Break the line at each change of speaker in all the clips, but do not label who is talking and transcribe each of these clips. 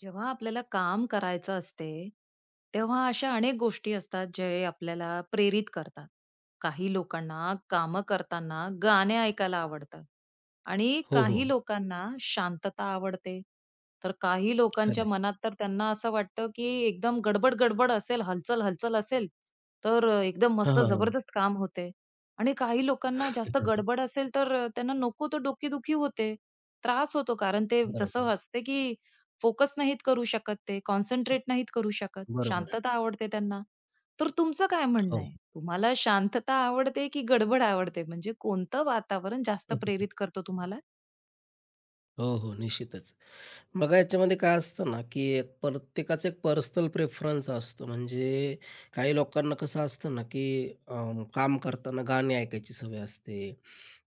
जेव्हा आपल्याला काम करायचं असते, तेव्हा अशा अनेक गोष्टी असतात जे आपल्याला प्रेरित करतात. काही लोकांना कामं करताना गाणे ऐकायला आवडतं आणि
हो, हो.
काही लोकांना शांतता आवडते. तर काही
खरं
लोकांच्या
आहे.
मनात तर त्यांना असं वाटतं, की एकदम गडबड-गडबड असेल, हलचल-हलचल असेल, तर एकदम
हां,
मस्त
हां, हां.
जबरदस्त काम होते. आणि काही लोकांना जास्त गडबड असेल, तर त्यांना नको तो डोकेदुखी होते, त्रास होतो. कारण ते
बरोबर
जसं
आहे.
असते, की फोकस नाहीत करू शकत ते, कॉन्सन्ट्रेट नाहीत करू शकत.
बरोबर आहे.
शांतता आवडते त्यांना. तर तुमचं काय म्हणणं
हो.
आहे? तुम्हाला शांतता आवडते की गडबड आवडते? म्हणजे कोणतं वातावरण जास्त प्रेरित करतो तुम्हाला?
हो, हो. निश्चितच. बघा याच्यामध्ये काय असतं ना, की एक प्रत्येकाचा एक पर्सनल प्रेफरन्स असतो. म्हणजे काही लोकांना कसं असतं ना, की अ, काम करताना गाणी ऐकायची सवय असते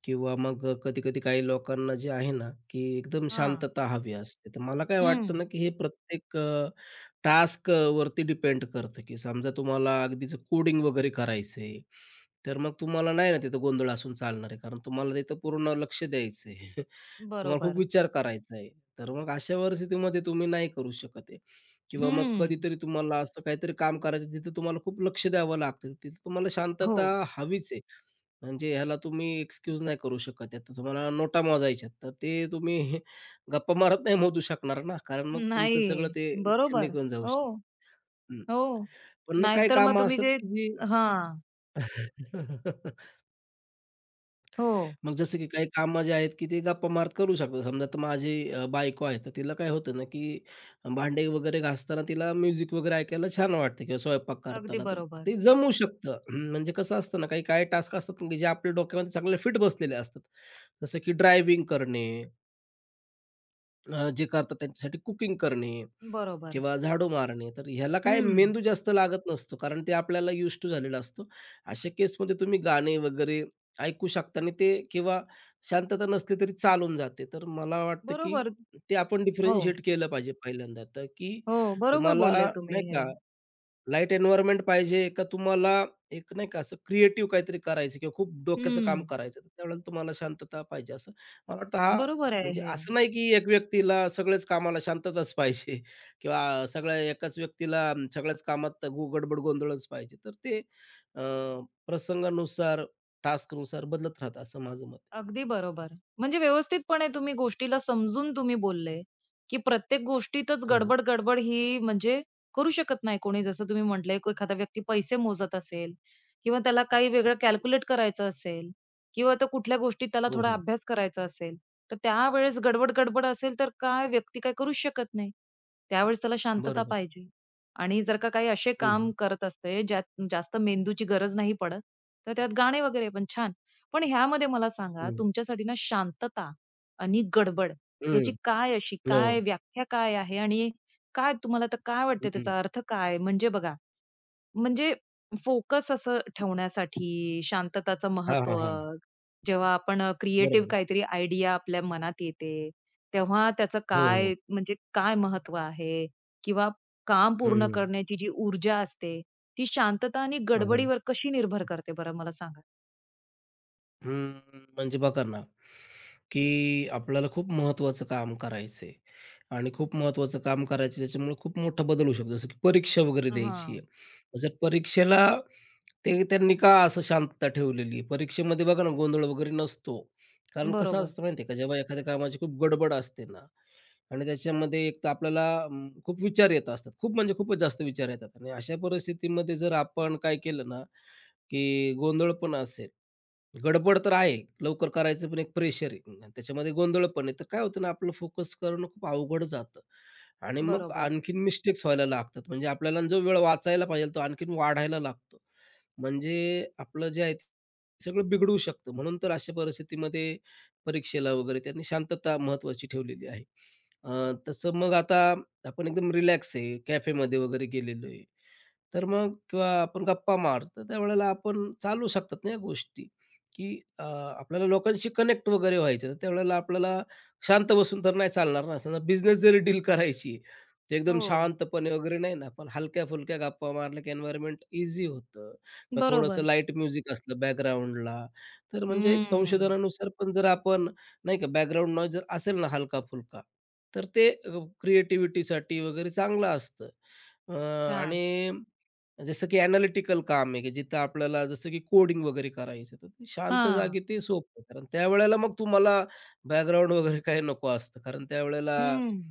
किंवा मग कधी-कधी काही लोकांना जे आहे ना, की एकदम
हां.
शांतता हवी असते. तर मला काय
हं.
वाटतं ना, की हे प्रत्येक टास्क वरती डिपेंड करतं, की समजा तुम्हाला अगदीच कोडिंग वगैरे करायचंय तर मग तुम्हाला नाही ना तिथं गोंधळ असून चालणार आहे. कारण तुम्हाला तिथं पूर्ण लक्ष द्यायचं आहे. तुम्हाला खूप
बरोबर.
विचार करायचा आहे. तर मग अशा परिस्थितीमध्ये तुम्ही नाही करू शकत आहे किंवा मग
हं.
कधीतरी तुम्हाला असं काहीतरी काम करायचं तिथं तुम्हाला खूप लक्ष द्यावं लागतं. तिथं तुम्हाला
हो.
शांतता हवीच आहे. म्हणजे ह्याला तुम्ही एक्सक्यूज नाही करू शकत आहे. तर तुम्हाला नोटा मोजायच्यात तर ते तुम्ही गप्पा मारत नाही मोजू शकणार ना. कारण मग तुमचं
नाही.
सगळं ते लक्ष
बरोबर.
निघून जाऊ
हो,
शकतं.
हो.
पण मग काही
नाहीतर मग
कामं
तुम्ही
असतात
जे
की जी
हां. हो.
मग जसं की काही कामं जे आहेत, की ते गप्पा मारत करू शकतो. समजा तर माझी बायको आहे, तर तिला काय होतं ना, की भांडे वगैरे घासताना तिला म्युझिक वगैरे ऐकायला छान वाटतं किंवा स्वयंपाक
अगदी
करताना, तर
बरोबर.
ते जमू शकतं. हं, म्हणजे कसं असतं ना, काही काही टास्क असतात ना, जे आपल्या डोक्यामध्ये चांगले फिट बसलेले असतात. जसं की ड्रायव्हिंग करणे, जे करतात त्यांच्यासाठी कुकिंग करणे
बरोबर.
किंवा झाडू मारणे. तर ह्याला काय
हं.
मेंदू जास्त लागत नसतो, कारण ते आपल्याला युज्ड टू झालेला असतो. अशा केसमध्ये तुम्ही गाणे वगैरे ऐकू शकता आणि ते किंवा शांतता नसली तरी चालून जाते. तर मला वाटतं, की
बरोबर.
ते आपण
हो.
डिफरन्शिएट केलं पाहिजे पहिल्यांदा, तर की
हो, बरोबर
तुम्हाला
बोलले
नाही
तुम्ही हे.
का लाईट एन्व्हायर्नमेंट पाहिजे का तुम्हाला एक नाही का असं क्रिएटिव्ह काहीतरी करायचं किंवा खूप डोक्याचं काम
हं.
करायचं, तर त्यावेळेला तुम्हाला शांतता पाहिजे असं. मला वाटतं हा
बरोबर आहे
म्हणजे
हे.
असं नाही की एक व्यक्तीला सगळ्याच कामाला शांतताच पाहिजे किंवा सगळ्या एकाच व्यक्तीला सगळ्याच कामात गडबड गोंधळच पाहिजे. तर ते अ, प्रसंगानुसार, टास्कनुसार बदलत राहतं असं माझं मत आहे.
अगदी बरोबर. म्हणजे व्यवस्थितपणे तुम्ही गोष्टीला समजून तुम्ही बोलले, की प्रत्येक गोष्टीतच
हो, हो.
गडबड-गडबड ही म्हणजे करू शकत नाही कोणी. जसं तुम्ही म्हटले, एखादा व्यक्ती पैसे मोजत असेल किंवा त्याला काही वेगळं कॅल्क्युलेट करायचं असेल किंवा तो कुठल्या गोष्टीत त्याला
हो,
थोडा
हो.
अभ्यास करायचा असेल, तर त्यावेळेस गडबड-गडबड असेल, तर काय व्यक्ती काय करूच शकत नाही. त्यावेळेस त्याला शांतता
बरोबर.
पाहिजे. आणि जर का काही असे
हं,
काम
हं,
करत असते, ज्यात जास्त मेंदूची गरज नाही पडत, तर त्यात गाणे वगैरे पण छान. पण ह्यामध्ये मला सांगा,
हं,
तुमच्यासाठी ना शांतता आणि गडबड याची काय अशी
हो.
काय व्याख्या काय आहे? आणि काय तुम्हाला तर काय वाटते
हं.
त्याचा अर्थ काय? म्हणजे बघा, म्हणजे फोकस असं ठेवण्यासाठी शांतताचं
हां, हां,
महत्त्व,
हां.
जेव्हा आपण क्रिएटिव्ह
बरोबर.
काहीतरी आयडिया आपल्या मनात येते, तेव्हा त्याचं
हो, हो.
काय म्हणजे काय महत्त्व आहे? किंवा काम
हं,
पूर्ण
हं.
करण्याची जी ऊर्जा असते, ती शांतता आणि
हां,
गडबडीवर कशी निर्भर करते बरं मला सांगा?
हम्म, म्हणजे बघा ना, की आपल्याला खूप महत्त्वाचं काम करायचं आहे आणि खूप महत्त्वाचं काम करायचं आहे, त्याच्यामुळे खूप मोठा बदल होऊ शकतो. जसं की परीक्षा वगैरे द्यायची आहे.
हां.
मग जर परीक्षेला ते त्यांनी का असं शांतता ठेवलेली आहे? परीक्षेमध्ये बघा ना, गोंधळ वगैरे नसतो. कारण कसं
बरोबर.
असतं माहिती आहे का, जेव्हा एखाद्या कामाची खूप गडबड असते ना आणि त्याच्यामध्ये एक तर आपल्याला खूप विचार येत असतात. खूप म्हणजे खूपच जास्त विचार येतात आणि अशा परिस्थितीमध्ये जर आपण काय केलं ना, की गोंधळ पण असेल गडबड तर आहे. लवकर करायचं पण एक प्रेशर आहे. अन् त्याच्यामध्ये गोंधळ पण आहे. तर काय होतं ना, आपलं फोकस करणं खूप अवघड जातं आणि मग
बरोबर.
आणखीन मिस्टेक्स व्हायला लागतात. म्हणजे आपल्याला जो वेळ वाचायला पाहिजे तो आणखीन वाढायला लागतो. म्हणजे आपलं जे आहे ते सगळं बिघडू शकतं. म्हणून तर अशा परिस्थितीमध्ये परीक्षेला वगैरे त्यांनी शांतता महत्त्वाची ठेवलेली आहे. तसं मग आता आपण एकदम रिलॅक्स आहे, कॅफेमध्ये वगैरे गेलेलो आहे. तर मग किंवा आपण गप्पा मारतो, त्यावेळेला आपण चालू शकतात ना या गोष्टी. की आपल्याला लोकांशी कनेक्ट वगैरे व्हायचं. तर त्यावेळेला आपल्याला शांत बसून तर नाही चालणार ना. समजा बिझनेस जरी डील करायची आहे, तर एकदम
हो.
शांतपणे वगैरे नाही ना, पण हलक्या-फुलक्या गप्पा मारल्या की एन्व्हायर्नमेंट ईझी होतं किंवा थोडंसं
बरोबर.
लाईट म्युझिक असलं बॅकग्राऊंडला. तर म्हणजे एक
हम्म.
संशोधनानुसार पण जर आपण नाही का बॅकग्राऊंड नॉईज जर असेल ना हलका-फुलका, तर ते क्रिएटिव्हिटीसाठी वगैरे चांगलं असतं. अ,
छान.
आणि जसं की ॲनालिटिकल काम आहे, की जिथं आपल्याला जसं की कोडिंग वगैरे करायचं आहे, तर ते शांत
हां.
जागी ते सोपं आहे. कारण त्यावेळेला मग तुम्हाला बॅकग्राऊंड वगैरे काही नको असतं. कारण त्यावेळेला
हं.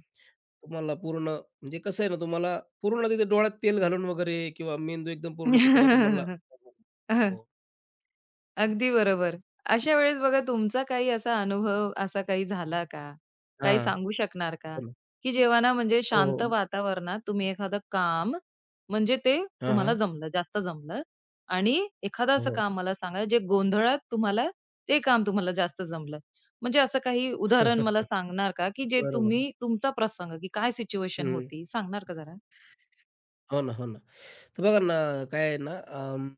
तुम्हाला पूर्ण म्हणजे कसं आहे ना, तुम्हाला पूर्ण तिथे डोळ्यात तेल घालून वगैरे किंवा मेंदू एकदम पूर्ण तिकडं तुम्हाला हो.
अगदी बरोबर. अशा वेळेस बघा तुमचा काही असा अनुभव असा काही झाला का? काही
हां.
सांगू शकणार का?
हो ना.
की जेव्हा ना म्हणजे
हो,
शांत
हो.
वातावरणात तुम्ही एखादं काम म्हणजे ते
हां,
तुम्हाला
हां.
जमलं, जास्त जमलं आणि एखादं असं
हो.
काम मला सांगा जे गोंधळात तुम्हाला ते काम तुम्हाला जास्त जमलं. म्हणजे असं काही उदाहरण मला सांगणार का? की जे
बरोबर.
तुम्ही तुमचा प्रसंग की काय सिच्युएशन
हं.
होती सांगणार का जरा?
हो ना, हो ना. तर बघा ना, काय आहे ना,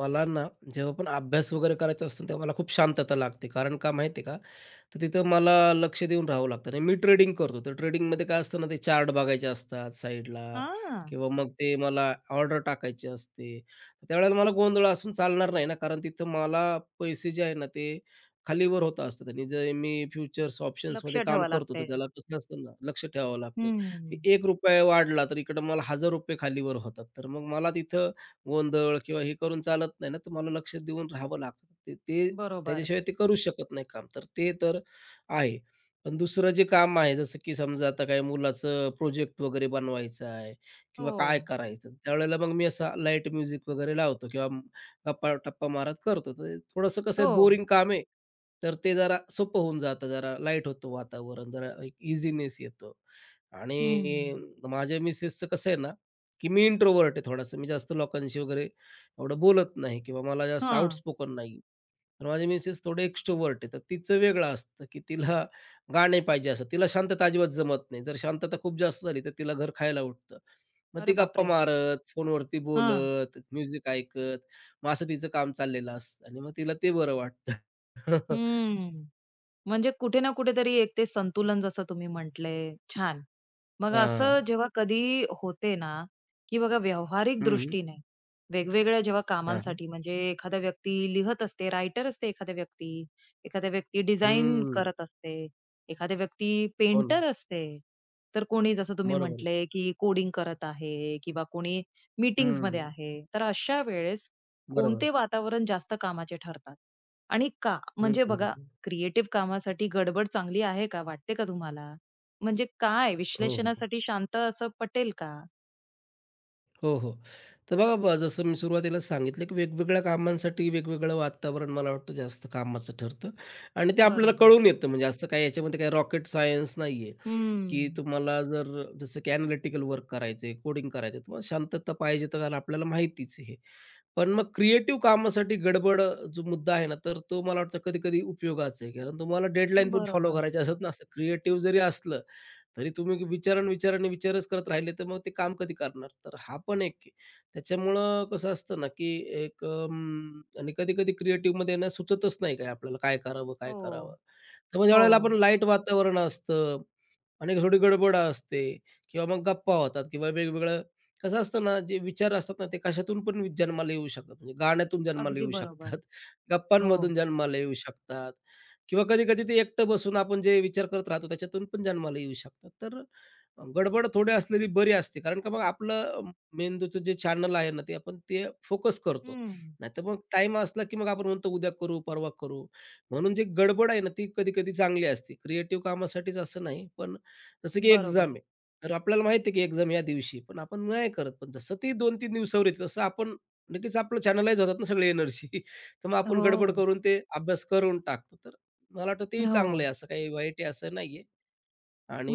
मला ना जेव्हा पण अभ्यास वगैरे करायचा असतो, तेव्हा मला खूप शांतता लागते. कारण का माहिती आहे का? तर तिथं मला लक्ष देऊन राहावं लागतं आणि मी ट्रेडिंग करतो. तर ट्रेडिंगमध्ये काय असतं ना, ते चार्ट बघायचे असतात साईडला
हां.
किंवा मग ते मला ऑर्डर टाकायची असते. त्यावेळेला मला गोंधळ असून चालणार नाही ना, कारण तिथं मला पैसे जे आहे ना, ते खालीवर होत असतात आणि जे मी फ्युचर्स
लक्ष
ऑप्शन्समध्ये काम
ठेवावं
करतो, तर
लागतंय.
त्याला कसं असतं ना, लक्ष ठेवावं लागतं. की
हं.
₹1 वाढला, तर इकडं मला ₹1000 खालीवर होतात. तर मग मला तिथं गोंधळ किंवा हे करून चालत नाही ना, तर मला लक्ष देऊन राहावं लागतं. ते ते
बरोबर.
त्याच्याशिवाय ते करूच शकत नाही काम. तर ते तर आहे. पण दुसरं जे काम आहे, जसं की समजा आता काही मुलाचं प्रोजेक्ट वगैरे बनवायचा आहे किंवा
हो.
काय करायचं, त्यावेळेला मग मी असा लाईट म्युझिक वगैरे लावतो किंवा गप्पा-टप्पा मारत करतो. तर थोडंसं कसं
हो.
आहे बोरिंग काम आहे, तर ते जरा सोपं होऊन जातं. जरा लाईट होतं वातावरण, जरा एक इझीनेस येतो.
हं.
आणि माझ्या मिसेसचं कसं आहे ना, की मी इंट्रोव्हर्ट आहे थोडासा. मी जास्त लोकांशी वगैरे एवढं बोलत नाही किंवा मला जास्त
हां.
आउटस्पोकन नाही. तर माझे मिसेस थोडे एक्स्ट्रोव्हर्ट आहे. तर तिचं वेगळं असतं, की तिला गाणे पाहिजे असतात. तिला शांतता अजिबात जमत नाही. जर शांतता खूप जास्त झाली, तर तिला घर खायला उठतं. मग ती
अरे
गप्पा
बापरे!
मारत, फोनवरती
हां.
बोलत, म्युझिक ऐकत, मग असं तिचं काम चाललेलं असतं आणि मग तिला ते बरं वाटतं.
हं. म्हणजे कुठे ना कुठेतरी एक ते संतुलन जसं तुम्ही म्हटले. छान. मग
हां.
असं जेव्हा कधी होते ना, की बघा व्यावहारिक
हं, हं.
दृष्टीने वेगवेगळ्या जेव्हा
हां, हां.
कामांसाठी म्हणजे एखादा व्यक्ती लिहत असते, रायटर असते एखादा व्यक्ती, एखादा व्यक्ती डिझाइन करत असते, एखादा व्यक्ती
हो ना.
पेंटर असते. तर कोणी जसं तुम्ही
बरोबर आहे.
म्हटले, की कोडिंग करत आहे किंवा कोणी
हं.
मीटिंग्जमध्ये आहे. तर अशा वेळेस
बरोबर.
कोणते वातावरण जास्त कामाचे ठरतात? आणि का?
हं,
म्हणजे
हं,
बघा
हं.
क्रिएटिव्ह कामासाठी गडबड चांगली आहे का? वाटते का तुम्हाला? म्हणजे काय
हो, हो.
विश्लेषणासाठी शांत असं पटेल का?
हो, हो. तर बघा जसं मी सुरुवातीला सांगितलं, की वेगवेगळ्या कामांसाठी वेगवेगळं वातावरण मला वाटतं जास्त कामाचं ठरतं आणि ते आपल्याला
बरोबर.
कळून येतं. म्हणजे असं काही याच्यामध्ये काही रॉकेट सायन्स नाहीये, की
हम्म.
तुम्हाला जर जसं की एनालिटिकल वर्क करायचंय, कोडिंग करायचंय, तुम्हाला शांतता पाहिजे तर आपल्याला माहितीच आहे पण मग क्रिएटिव्ह कामासाठी गडबड जो मुद्दा आहे ना, तर तो मला वाटतं कधी-कधी उपयोगाचा आहे. कारण तुम्हाला डेडलाईन पण फॉलो
बरोबर.
करायची असत ना, असं क्रिएटिव्ह जरी असलं, तरी तुम्ही विचार विचार आणि विचारच करत राहिले तर मग ते काम कधी करणार? तर हा पण एक आहे. त्याच्यामुळं कसं असतं ना, की एक आणि कधी-कधी क्रिएटिव्हमध्ये ना सुचतच नाही काय आपल्याला काय करावं, काय
हो.
करावं? तर मग
हो.
ज्यावेळेला आपण लाईट वातावरण असतं आणि थोडी गडबड असते किंवा मग गप्पा होतात किंवा वेगवेगळं कसं असतं ना, जे विचार असतात ना, ते कशातून पण जन्माला येऊ शकतात. म्हणजे गाण्यातून जन्माला
अगदी
येऊ शकतात,
बरोबर. हो.
गप्पांमधून जन्माला येऊ शकतात किंवा कधी-कधी ते एकटं बसून आपण जे विचार करत राहतो, त्याच्यातून पण जन्माला येऊ शकतात. तर गडबड थोडी असलेली बरी असते. कारण का मग आपलं मेंदूचं जे चॅनल आहे ना, ते आपण ते फोकस करतो.
हं.
नाहीतर मग टाईम असला, की मग आपण म्हणतो उद्या करू, परवा करू. म्हणून जी गडबड आहे ना, ती कधी-कधी चांगली असते. क्रिएटिव्ह कामासाठीच असं नाही, पण जसं की एक्झाम
बरोबर.
आहे. तर आपल्याला माहिती आहे की एक्झाम या दिवशी आहे. पण आपण नाही करत. पण जसं ती 2-3 दिवसावर येते तसं आपण लगेच आपलं चॅनलाइज होतात ना सगळी एनर्जी. तर मग आपण गडबड
हो.
करून ते अभ्यास करून टाकतो. तर मला वाटतं तेही
हो.
चांगलं आहे. असं काही वाईट आहे असं नाहीये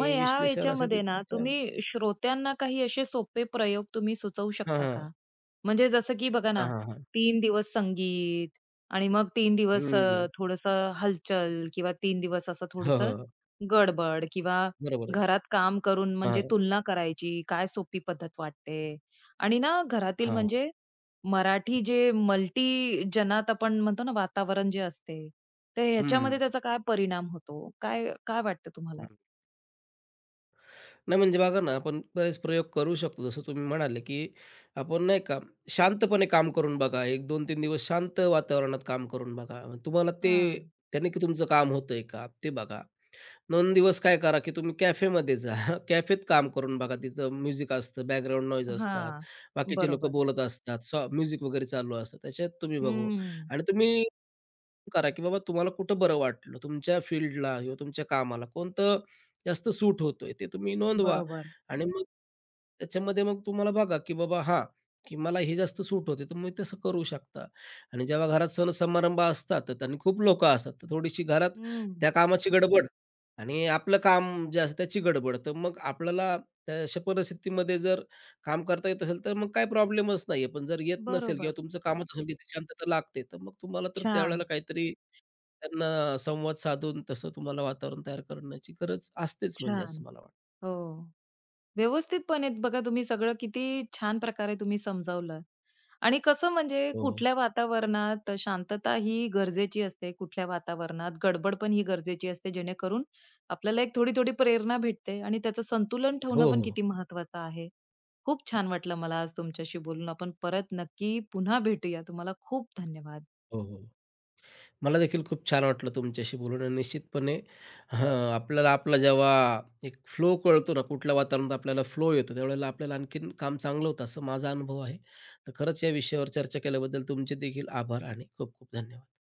मग ह्या
विश्लेषण असं ते
याच्यामध्ये ना,
छान
तुम्ही श्रोत्यांना काही असे सोपे प्रयोग तुम्ही सुचवू
हां,
शकता
हां.
का? म्हणजे जसं की बघा
हां,
ना,
हां, हां.
3 दिवस संगीत आणि मग 3 दिवस
हं.
थोडंसं हलचल किंवा 3 दिवस असं
हो,
थोडंसं
हो.
गडबड किंवा
बरोबर आहे.
घरात काम करून
हां,
म्हणजे तुलना करायची, काय सोपी पद्धत वाटते? आणि ना घरातील
हां.
म्हणजे मराठी जे मल्टी जनात आपण म्हणतो ना, वातावरण जे असते, तर ह्याच्यामध्ये
हं.
त्याचा काय परिणाम होतो? काय काय वाटतं तुम्हाला?
नाही म्हणजे बघा ना, आपण बरेच प्रयोग करू शकतो. जसं तुम्ही म्हणाले, की आपण नाही का शांतपणे काम करून बघा. 1, 2, 3 दिवस शांत वातावरणात काम करून बघा. मग तुम्हाला ते
हां.
त्याने की तुमचं काम होतंय का? ते बघा. 2 दिवस काय करा, की तुम्ही कॅफेमध्ये जा. कॅफेत काम करून बघा. तिथं म्युझिक असतं, बॅकग्राऊंड नॉईज असतात.
हां,
बाकीचे लोकं
बरोबर.
बोलत असतात. म्युझिक वगैरे चालू असतं. त्याच्यात तुम्ही बघू
हं.
आणि तुम्ही करा, की बाबा तुम्हाला कुठं बरं वाटलं, तुमच्या फील्डला किंवा तुमच्या कामाला कोणतं जास्त सूट होतोय ते तुम्ही नोंदवा
बरोबर.
आणि मग त्याच्यामध्ये मग तुम्हाला बघा, की बाबा हां, की मला हे जास्त सूट होते, तुम्ही तसं करू शकता. आणि जेव्हा घरात सण-समारंभ असतात तर आणि खूप लोकं असतात, तर थोडीशी घरात
हं.
त्या कामाची गडबड आणि आपलं काम जे असतं त्याची गडबड. तर मग आपल्याला त्या अशा परिस्थितीमध्ये जर काम करता येत असेल तर मग काही प्रॉब्लेमच नाहीये. पण जर येत नसेल किंवा
बरोबर.
तुमचं कामच असेल नक्कीच. तिथे शांतता लागते, तर मग तुम्हाला तर
छान,
त्यावेळेला काहीतरी त्यांना संवाद साधून तसं तुम्हाला वातावरण तयार करण्याची गरज असतेच म्हणजे असं
छान.
मला वाटतं.
हो. व्यवस्थितपणे बघा तुम्ही सगळं किती छान प्रकारे तुम्ही समजावलं. आणि कसं म्हणजे
हो, हो.
कुठल्या वातावरणात शांतता ही गरजेची असते, कुठल्या वातावरणात गडबड पण ही गरजेची असते, जेणेकरून आपल्याला एक थोडी-थोडी प्रेरणा भेटते आणि त्याचं संतुलन ठेवणं
हो,
पण
हो.
किती महत्त्वाचं आहे. खूप छान वाटलं मला आज तुमच्याशी बोलून. आपण परत नक्की पुन्हा भेटूया. तुम्हाला खूप धन्यवाद.
हो, हो. मला देखील खूप छान वाटलं तुमच्याशी बोलून आणि निश्चितपणे हं, आपल्याला आपला जेव्हा एक फ्लो कळतो ना, कुठल्या वातावरणात आपल्याला फ्लो येतो, त्यावेळेला आपल्याला आणखीन काम चांगलं होतं असं माझा अनुभव आहे. तर खरंच या विषयावर चर्चा केल्याबद्दल तुमचे देखील आभार आणि खूप खूप धन्यवाद.